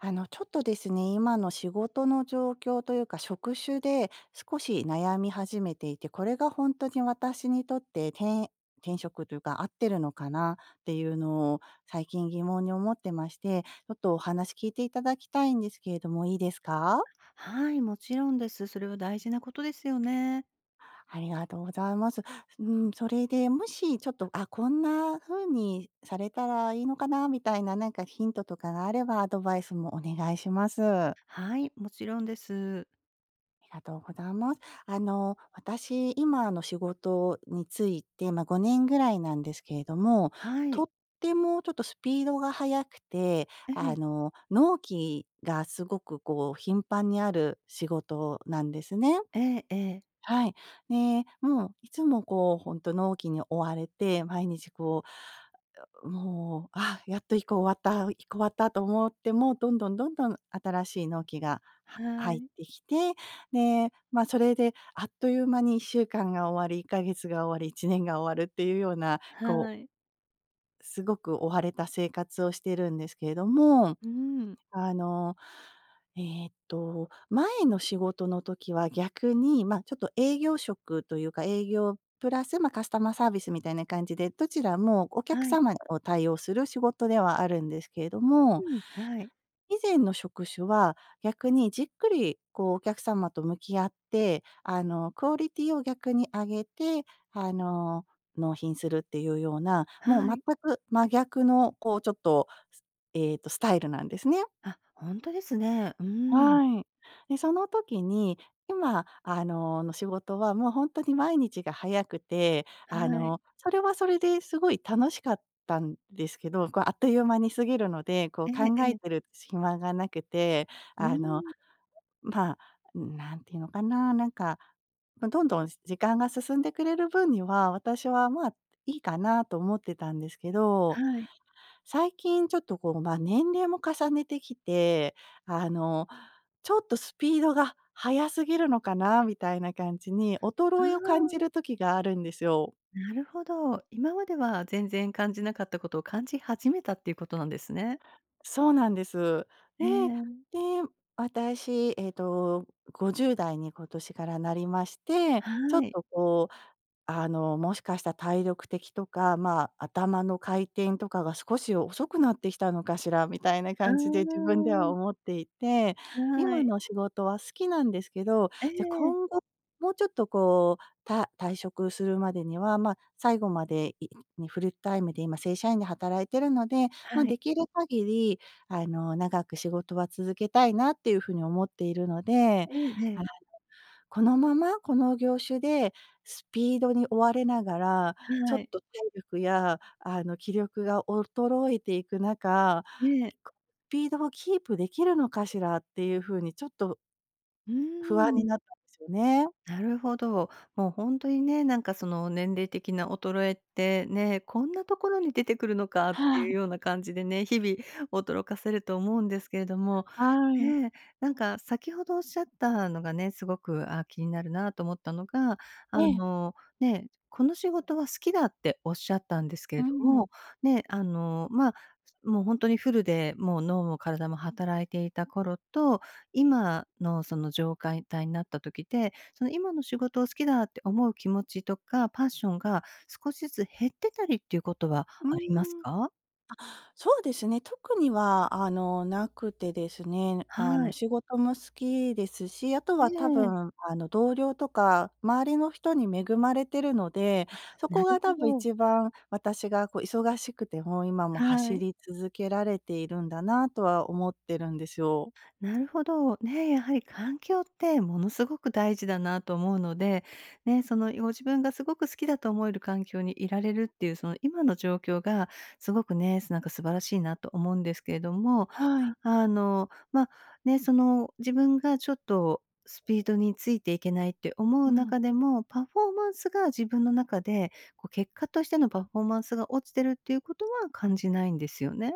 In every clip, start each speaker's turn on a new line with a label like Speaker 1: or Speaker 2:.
Speaker 1: ちょっとですね、今の仕事の状況というか、職種で少し悩み始めていて、これが本当に私にとって転職というか、合ってるのかなっていうのを最近疑問に思ってまして、ちょっとお話聞いていただきたいんですけれども、いいですか？
Speaker 2: はい、もちろんです。それは大事なことですよね。
Speaker 1: ありがとうございます。うん、それで、もしちょっと、あ、こんな風にされたらいいのかなみたいな、なんかヒントとかがあれば、アドバイスもお願いします。
Speaker 2: はい、もちろんです。
Speaker 1: ありがとうございます。私、今の仕事について、まあ、5年ぐらいなんですけれども、
Speaker 2: は
Speaker 1: と
Speaker 2: い。
Speaker 1: ってもちょっとスピードが速くて、
Speaker 2: ええ、
Speaker 1: 納期がすごくこう頻繁にある仕事なんですね。
Speaker 2: ええええ。
Speaker 1: はい。ねもういつもこうほんと納期に追われて、毎日こう、うもう、あ、やっと1こ終わった、1こ終わったと思っても、どんどんどんどん新しい納期がは
Speaker 2: は
Speaker 1: 入っ
Speaker 2: い、
Speaker 1: てきて、で、ま、それであっという間に1週間が終わり、1ヶ月が終わり、1年が終わるっていうような、こ
Speaker 2: はい。
Speaker 1: うすごく追われた生活をしてるんですけれども、
Speaker 2: うん、
Speaker 1: あの、前の仕事の時は逆に、まあ、ちょっと営業職というか、営業プラス、まあ、カスタマーサービスみたいな感じで、どちらもお客
Speaker 2: はい。
Speaker 1: 様を対応する仕事ではあるんですけれども、
Speaker 2: うん、はい、
Speaker 1: 以前の職種は逆にじっくりこうお客様と向き合って、クオリティを逆に上げて、あの、納品するっていうような、もう
Speaker 2: は
Speaker 1: 全
Speaker 2: い。
Speaker 1: く真逆のこうちょっと、スタイルなんですね。
Speaker 2: あ、ほんとですね。うーん、
Speaker 1: はい。で、その時に、今、の仕事はもうほんとに毎日が早くて、
Speaker 2: はい。
Speaker 1: それはそれですごい楽しかったんですけど、こう、あっという間に過ぎるので、こう、
Speaker 2: ええ
Speaker 1: 考
Speaker 2: え
Speaker 1: えて
Speaker 2: え。
Speaker 1: る暇がなくて、
Speaker 2: う
Speaker 1: あの、
Speaker 2: ん、
Speaker 1: まあ、何て言うのかな、なんか、ま、どんどん時間が進んでくれる分には、私は、まあ、いいかなと思ってたんですけど、
Speaker 2: はい。
Speaker 1: 最近ちょっとこう、ま、年齢も重ねてきて、あのちょっとスピードが速すぎるのかなみたいな感じに、
Speaker 2: あ
Speaker 1: 衰えを感じ
Speaker 2: あ、
Speaker 1: る時があるんですよ。
Speaker 2: なるほど。今までは全然感じなかったことを感じ始めたっていうことなんですね。
Speaker 1: そうなんです。
Speaker 2: え
Speaker 1: で、
Speaker 2: え、
Speaker 1: で、私、50代に今年からなりまして、
Speaker 2: は
Speaker 1: ちょっ
Speaker 2: い。
Speaker 1: とこうもしかしたら体力的とか、まあ、頭の回転とかが少し遅くなってきたのかしらみたいな
Speaker 2: う
Speaker 1: 感じで自分で
Speaker 2: ー
Speaker 1: は
Speaker 2: ん、
Speaker 1: 思っていて、
Speaker 2: は
Speaker 1: 今
Speaker 2: い。
Speaker 1: の仕事は好きなんですけど、
Speaker 2: え
Speaker 1: じゃあ
Speaker 2: え、
Speaker 1: 今後もうちょっとこう、退職するまでには、まあ、最後までいにフルタイムで今正社員で働いてるので、まあ、
Speaker 2: は
Speaker 1: で
Speaker 2: い。
Speaker 1: きる限り長く仕事は続けたいなっていうふうに思っているので、
Speaker 2: ええええ、
Speaker 1: このまま、この業種でスピードに追われながら、ちょ
Speaker 2: は
Speaker 1: っ
Speaker 2: い。
Speaker 1: と体力や、気力が衰えていく中、
Speaker 2: ええ、
Speaker 1: こスピードをキープできるのかしらっていう風にちょっと
Speaker 2: うー
Speaker 1: 不安に
Speaker 2: ん、
Speaker 1: なったんですよね。
Speaker 2: なるほど。もうほんとにね、なんかその年齢的な衰えってね、こんなところに出てくるのかって
Speaker 1: は
Speaker 2: いう
Speaker 1: い、
Speaker 2: ような感じでね、日々驚かせると思うんですけれども、
Speaker 1: はい。
Speaker 2: ね、なんか先ほどおっしゃったのがね、すごく、あ、気になるなと思ったのが、
Speaker 1: え
Speaker 2: あ
Speaker 1: え、
Speaker 2: の、ね、この仕事は好きだっておっしゃったんですけ
Speaker 1: う
Speaker 2: れど
Speaker 1: ん。
Speaker 2: も、ね、あの、ま、もうほんとにフルでもう脳も体も働いていた頃と、今のその状態になった時で、その今の仕事を好きだって思う気持ちとか、パッションが少しずつ減ってたりっていうことは
Speaker 1: う
Speaker 2: あります
Speaker 1: ーん。
Speaker 2: か？
Speaker 1: そうですね、特にはなくてですね、
Speaker 2: はい。
Speaker 1: 仕事も好きですし、あと
Speaker 2: え
Speaker 1: は多
Speaker 2: え。
Speaker 1: 分同僚とか周りの人に恵まれてるので、
Speaker 2: あ、
Speaker 1: そこ
Speaker 2: なる
Speaker 1: が
Speaker 2: ほ
Speaker 1: 多分
Speaker 2: ど。
Speaker 1: 一番私がこう忙しくても、今も
Speaker 2: は
Speaker 1: 走
Speaker 2: い。
Speaker 1: り続けられているんだなとは思ってるんですよ。
Speaker 2: なるほど。ね、やはり環境ってものすごく大事だなと思うので、ね、そのご自分がすごく好きだと思える環境にいられるっていう、その今の状況がすごくね、なんか素晴らしいなと思うんですけれども、
Speaker 1: はい。
Speaker 2: あの、ま、ね、その、自分がちょっとスピードについていけないって思
Speaker 1: う
Speaker 2: う
Speaker 1: ん。
Speaker 2: 中でも、パフォーマンスが自分の中で、こう、結果としてのパフォーマンスが落ちてるっていうことは感じないんですよね。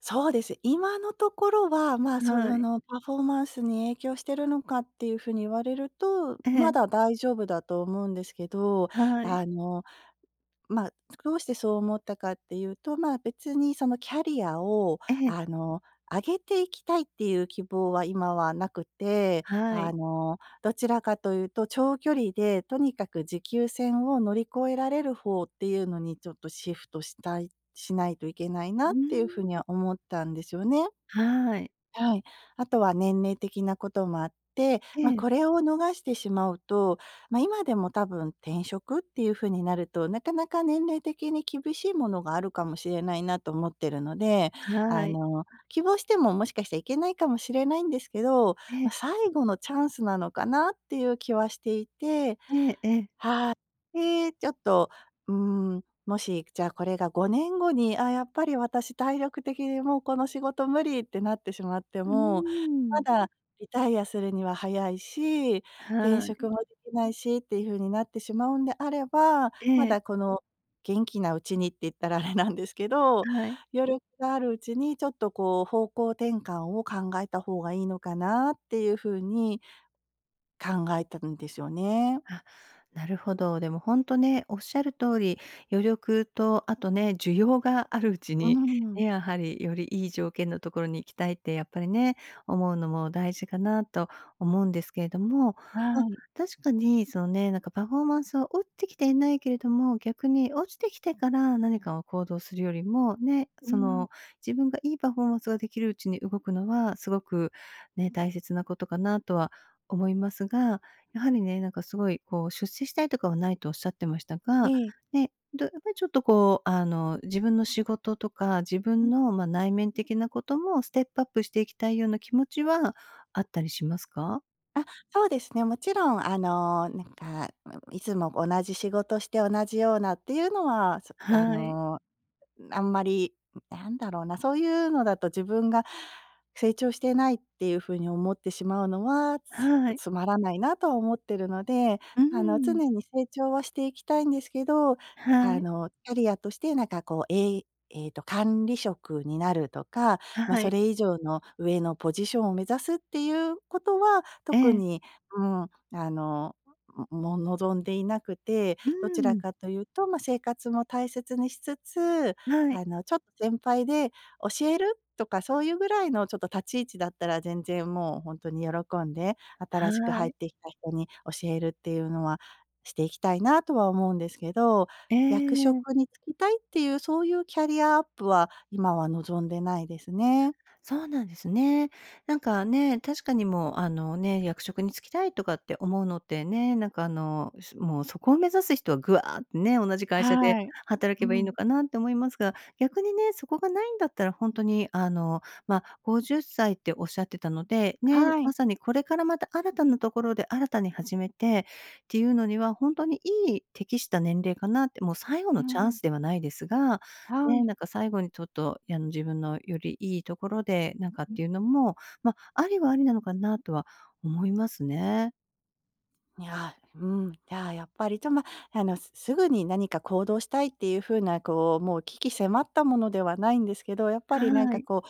Speaker 1: そうです。今のところは、まあ、そ
Speaker 2: はい。
Speaker 1: のパフォーマンスに影響してるのかっていうふうに言われると、
Speaker 2: え
Speaker 1: ま
Speaker 2: え、
Speaker 1: だ大丈夫だと思うんですけど、
Speaker 2: はい。
Speaker 1: あのまあ、どうしてそう思ったかっていうと、まあ、別にそのキャリアを
Speaker 2: ええ、
Speaker 1: あの、上げていきたいっていう希望は今はなくて、
Speaker 2: はい。
Speaker 1: どちらかというと長距離でとにかく持久戦を乗り越えられる方っていうのにちょっとシフトしたいしないといけないな
Speaker 2: う
Speaker 1: っ
Speaker 2: ー
Speaker 1: ていう風に
Speaker 2: ん。
Speaker 1: は思ったんですよね。
Speaker 2: はい。
Speaker 1: はい。あとは年齢的なこともあって、
Speaker 2: え
Speaker 1: まあ、こ
Speaker 2: え、
Speaker 1: れを逃してしまうと、まあ、今でも多分転職っていう風になると、なかなか年齢的に厳しいものがあるかもしれないなと思ってるので、
Speaker 2: はい。
Speaker 1: 希望してももしかしたらいけないかもしれないんですけど、
Speaker 2: え
Speaker 1: まあ、
Speaker 2: え、
Speaker 1: 最後のチャンスなのかなっていう気はしていて、
Speaker 2: ええええ。
Speaker 1: はい。で、ちょっと、もし、じゃあ、これが5年後に、あ、やっぱり私体力的にもうこの仕事無理ってなってしまって
Speaker 2: うー
Speaker 1: も、ま
Speaker 2: ん。
Speaker 1: だリタイアするには早いし、転
Speaker 2: は
Speaker 1: 職
Speaker 2: い。
Speaker 1: もできないしっていう風になってしまうんであれば、
Speaker 2: え
Speaker 1: ま
Speaker 2: え、
Speaker 1: だこの元気なうちにって言ったらあれなんですけど、
Speaker 2: はい。
Speaker 1: 余力があるうちにちょっとこう方向転換を考えた方がいいのかなっていう風に考えたんですよね。
Speaker 2: あ、なるほど。でも本当ね、おっしゃる通り、余力とあとね、需要があるうち
Speaker 1: うー
Speaker 2: に、
Speaker 1: ん、
Speaker 2: ね、やはりよりいい条件のところに行きたいってやっぱりね、思うのも大事かなと思うんですけれども、
Speaker 1: は
Speaker 2: まあ、
Speaker 1: い。
Speaker 2: 確かにそのね、なんかパフォーマンスは落ちてきていないけれども、逆に落ちてきてから何かを行動するよりも、ね、
Speaker 1: う
Speaker 2: そ
Speaker 1: ん、
Speaker 2: の自分がいいパフォーマンスができるうちに動くのはすごくね、大切なことかなとは思いますが、やはりね、なんかすごいこう出世したいとかはないとおっしゃってましたが、
Speaker 1: ええ。
Speaker 2: ね、どやっぱりちょっとこう、あの、自分の仕事とか、自
Speaker 1: う
Speaker 2: 分
Speaker 1: ん、
Speaker 2: の、ま、内面的なこともステップアップしていきたいような気持ちはあったりしますか？
Speaker 1: そうですね、もちろんなんか、いつも同じ仕事して同じようなっていうのは、そあ
Speaker 2: はい。
Speaker 1: の、あんまり、なんだろうな、そういうのだと自分が成長してないっていう風に思ってしまうのは、つ
Speaker 2: はい。
Speaker 1: つまらないなとは思ってるので、
Speaker 2: う
Speaker 1: 常
Speaker 2: ん。
Speaker 1: に成長はしていきたいんですけど、
Speaker 2: はい。
Speaker 1: キャリアとしてなんかこう、えいえっと、管理職になるとか、ま、
Speaker 2: は
Speaker 1: そ
Speaker 2: い。
Speaker 1: れ以上の上のポジションを目指すっていうことは、
Speaker 2: え
Speaker 1: 特
Speaker 2: え。
Speaker 1: に、うん、の、も望んでいなくて、
Speaker 2: う
Speaker 1: どちら
Speaker 2: ん。
Speaker 1: かというと、ま、生活も大切にしつつ
Speaker 2: はい。
Speaker 1: ちょっと先輩で教えるとか、そういうぐらいのちょっと立ち位置だったら、全然もうほんとに喜んで、
Speaker 2: は
Speaker 1: 新しく入っ
Speaker 2: い。
Speaker 1: てきた人に教えるっていうのはしていきたいなとは思うんですけど、
Speaker 2: え
Speaker 1: 役職
Speaker 2: え。
Speaker 1: に就きたいっていう、そういうキャリアアップは今は望んでないですね。
Speaker 2: そうなんですね。なんかね、確かにもう、あのね、役職に就きたいとかって思うのってね、なんかあの、すもうそこを目指す人はぐわーってね、同じ会社で
Speaker 1: はい。
Speaker 2: 働
Speaker 1: う
Speaker 2: けばいい
Speaker 1: ん、
Speaker 2: のかなって思いますが、逆にね、そこがないんだったら本当にあの、まあ、50歳っさいっておっしゃってたので、ね、
Speaker 1: は
Speaker 2: ま
Speaker 1: い。
Speaker 2: さにこれからまた新たなところで新たに始めてっていうのには、本当にいい適した年齢かなって、もう最後
Speaker 1: う
Speaker 2: の
Speaker 1: んう
Speaker 2: チャン
Speaker 1: ん。
Speaker 2: スではないですが、
Speaker 1: は
Speaker 2: ね、
Speaker 1: い。
Speaker 2: なんか最後にちょっと、あの、自分のよりいいところで、なんかっていうのも、ま、ありはありなのかなとは思いますね。
Speaker 1: いや、うん、じゃあ、やっぱり、と、ま、すぐに何か行動したいっていう風な、こう、もう鬼気迫ったものではないんですけど、やっぱりなん
Speaker 2: は
Speaker 1: か
Speaker 2: い。
Speaker 1: こ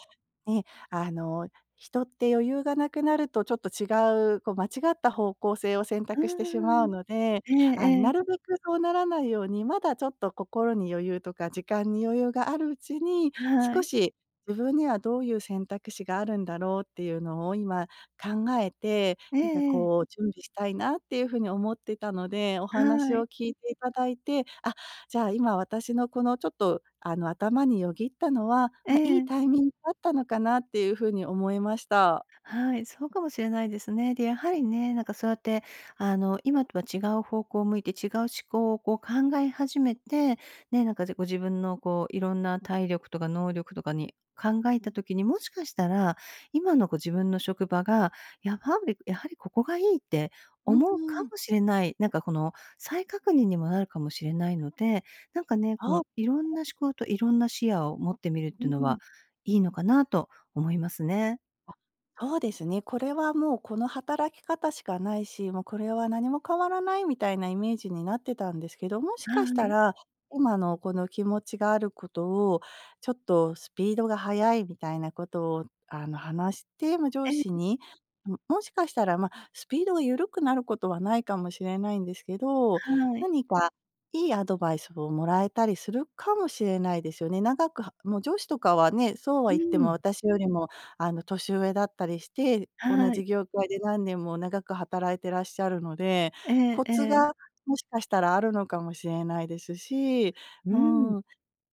Speaker 1: うね、あの、人って余裕がなくなるとちょっと違う、こう間違った方向性を選
Speaker 2: う
Speaker 1: 択してし
Speaker 2: ー
Speaker 1: まう
Speaker 2: ん。
Speaker 1: ので、
Speaker 2: ええ
Speaker 1: あ、
Speaker 2: え
Speaker 1: なる
Speaker 2: え。
Speaker 1: べくそうならないように、まだちょっと心に余裕とか時間に余裕があるうちに、
Speaker 2: は
Speaker 1: 少
Speaker 2: い。
Speaker 1: し自分にはどういう選択肢があるんだろうっていうのを今考えて、
Speaker 2: ええ
Speaker 1: なんか
Speaker 2: ええ。
Speaker 1: こう準備したいなっていうふうに思ってたので、お話
Speaker 2: は
Speaker 1: を
Speaker 2: い。
Speaker 1: 聞いていただいて、あじゃあ、今私のこのちょっと、頭によぎったのは、
Speaker 2: え
Speaker 1: ま、いい
Speaker 2: え。
Speaker 1: タイミングだったのかなっていう風に思いました。
Speaker 2: はい、そうかもしれないですね。で、やはりね、なんかそうやって、あの、今とは違う方向を向いて、違う思考をこう考え始めて、ね、なんかご自分のこう、いろんな体力とか能力とかに考えた時に、もしかしたら、今のご自分の職場が、やはり、やはりここがいいって
Speaker 1: うー
Speaker 2: 思うか
Speaker 1: ん。
Speaker 2: もしれない、なんかこの再確認にもなるかもしれないので、なんかね、こ
Speaker 1: あ、
Speaker 2: のいろんな思考といろんな視野を持ってみるっ
Speaker 1: う
Speaker 2: ていうの
Speaker 1: ん。
Speaker 2: は、いいのかなと思いますね。
Speaker 1: あ、そうですね。これはもうこの働き方しかないし、もうこれは何も変わらないみたいなイメージになってたんですけど、もしかし
Speaker 2: は
Speaker 1: た
Speaker 2: い。
Speaker 1: ら、今のこの気持ちがあることを、ちょっとスピードが速いみたいなことを話して、ま、上
Speaker 2: え
Speaker 1: 司
Speaker 2: え、
Speaker 1: に、もしかしたら、ま、スピードが緩くなることはないかもしれないんですけど、
Speaker 2: はい。
Speaker 1: 何かいいアドバイスをもらえたりするかもしれないですよね。長くはもう上司とかはね、そうは
Speaker 2: う
Speaker 1: 言っても
Speaker 2: ん。
Speaker 1: 私よりも年上だったりして、同
Speaker 2: は
Speaker 1: じ
Speaker 2: い。
Speaker 1: 業界で何年も長く働いてらっしゃるので、
Speaker 2: ええ
Speaker 1: コ
Speaker 2: え
Speaker 1: ツが
Speaker 2: え。
Speaker 1: もしかしたらあるのかもしれないですし、
Speaker 2: う
Speaker 1: う
Speaker 2: ん。
Speaker 1: ん、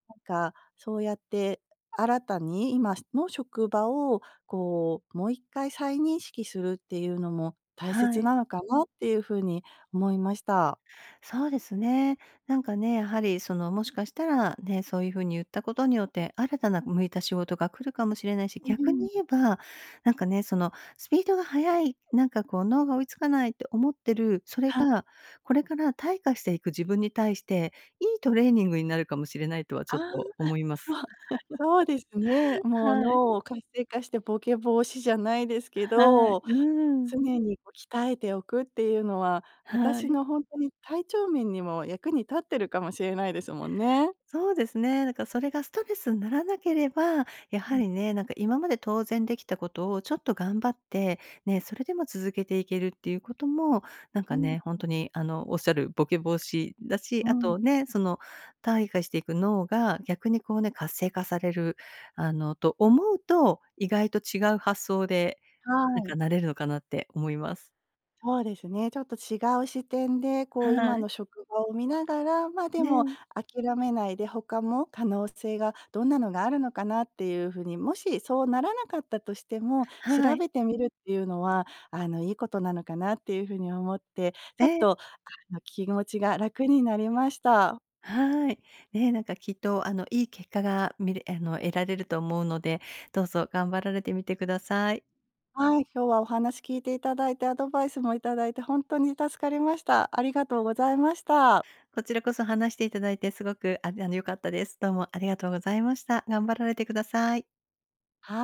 Speaker 1: なんかそうやって新たに今の職場をこう、もう一回再認識するっていうのも大
Speaker 2: は
Speaker 1: 切
Speaker 2: い。
Speaker 1: なのかなっていうふうに思いました。
Speaker 2: そうですね。なんかね、やはりその、もしかしたらね、そういう風に言ったことによって、新たな向いた仕事が来るかもしれないし、
Speaker 1: う
Speaker 2: 逆
Speaker 1: ん。
Speaker 2: に言えば、なんかね、そのスピードが速い、なんかこう脳が追いつかないって思ってる、それ
Speaker 1: は
Speaker 2: がこれから退化していく自分に対して、いいトレーニングになるかもしれないとはち
Speaker 1: あ
Speaker 2: ょっ
Speaker 1: あ、
Speaker 2: と思います。
Speaker 1: そう、そうですね。もう
Speaker 2: はい、
Speaker 1: 脳を活性化してボケ防止じゃないですけ
Speaker 2: はい、
Speaker 1: ど
Speaker 2: うん、
Speaker 1: 常にこう鍛えておくっていうのは、
Speaker 2: は
Speaker 1: 私
Speaker 2: い。
Speaker 1: のほんとに体調面にも役に立ってるかもしれないですもんね。
Speaker 2: そうですね。だからそれがストレスにならなければ、や
Speaker 1: う
Speaker 2: は
Speaker 1: ん、
Speaker 2: りね、なんか今まで当然できたことをちょっと頑張って、ね、それでも続けていけるっていうことも、なん
Speaker 1: う
Speaker 2: か
Speaker 1: ん、
Speaker 2: ね、本当にあの、おっしゃるボケ防止だし、
Speaker 1: う
Speaker 2: あ
Speaker 1: ん、
Speaker 2: とね、その退化していく脳が逆にこうね、活性化される、あの、と思うと、意外と違う発想で、
Speaker 1: は
Speaker 2: なんか
Speaker 1: い。
Speaker 2: なれるのかなって思います。
Speaker 1: そうですね、ちょっと違う視点で、こう今
Speaker 2: はい。
Speaker 1: の職場を見ながら、ま、でも
Speaker 2: ね。
Speaker 1: 諦めないで、他も可能性がどんなのがあるのかなっていう風に、もしそうならなかったとしても、
Speaker 2: は
Speaker 1: 調
Speaker 2: い。
Speaker 1: べてみるっていうのは、いいことなのかなっていう風に思って、ち
Speaker 2: え
Speaker 1: ょっ
Speaker 2: え。
Speaker 1: と、気持ちが楽になりました。
Speaker 2: はい。ね、なんかきっとあのいい結果が見れあの得られると思うので、どうぞ頑張られてみてください。
Speaker 1: はい、今日はお話聞いていただいて、アドバイスもいただいて、本当に助かりました。ありがとうございました。
Speaker 2: こちらこそ話していただいてすごくあの良かったです。どうもありがとうございました。頑張られてください。
Speaker 1: はい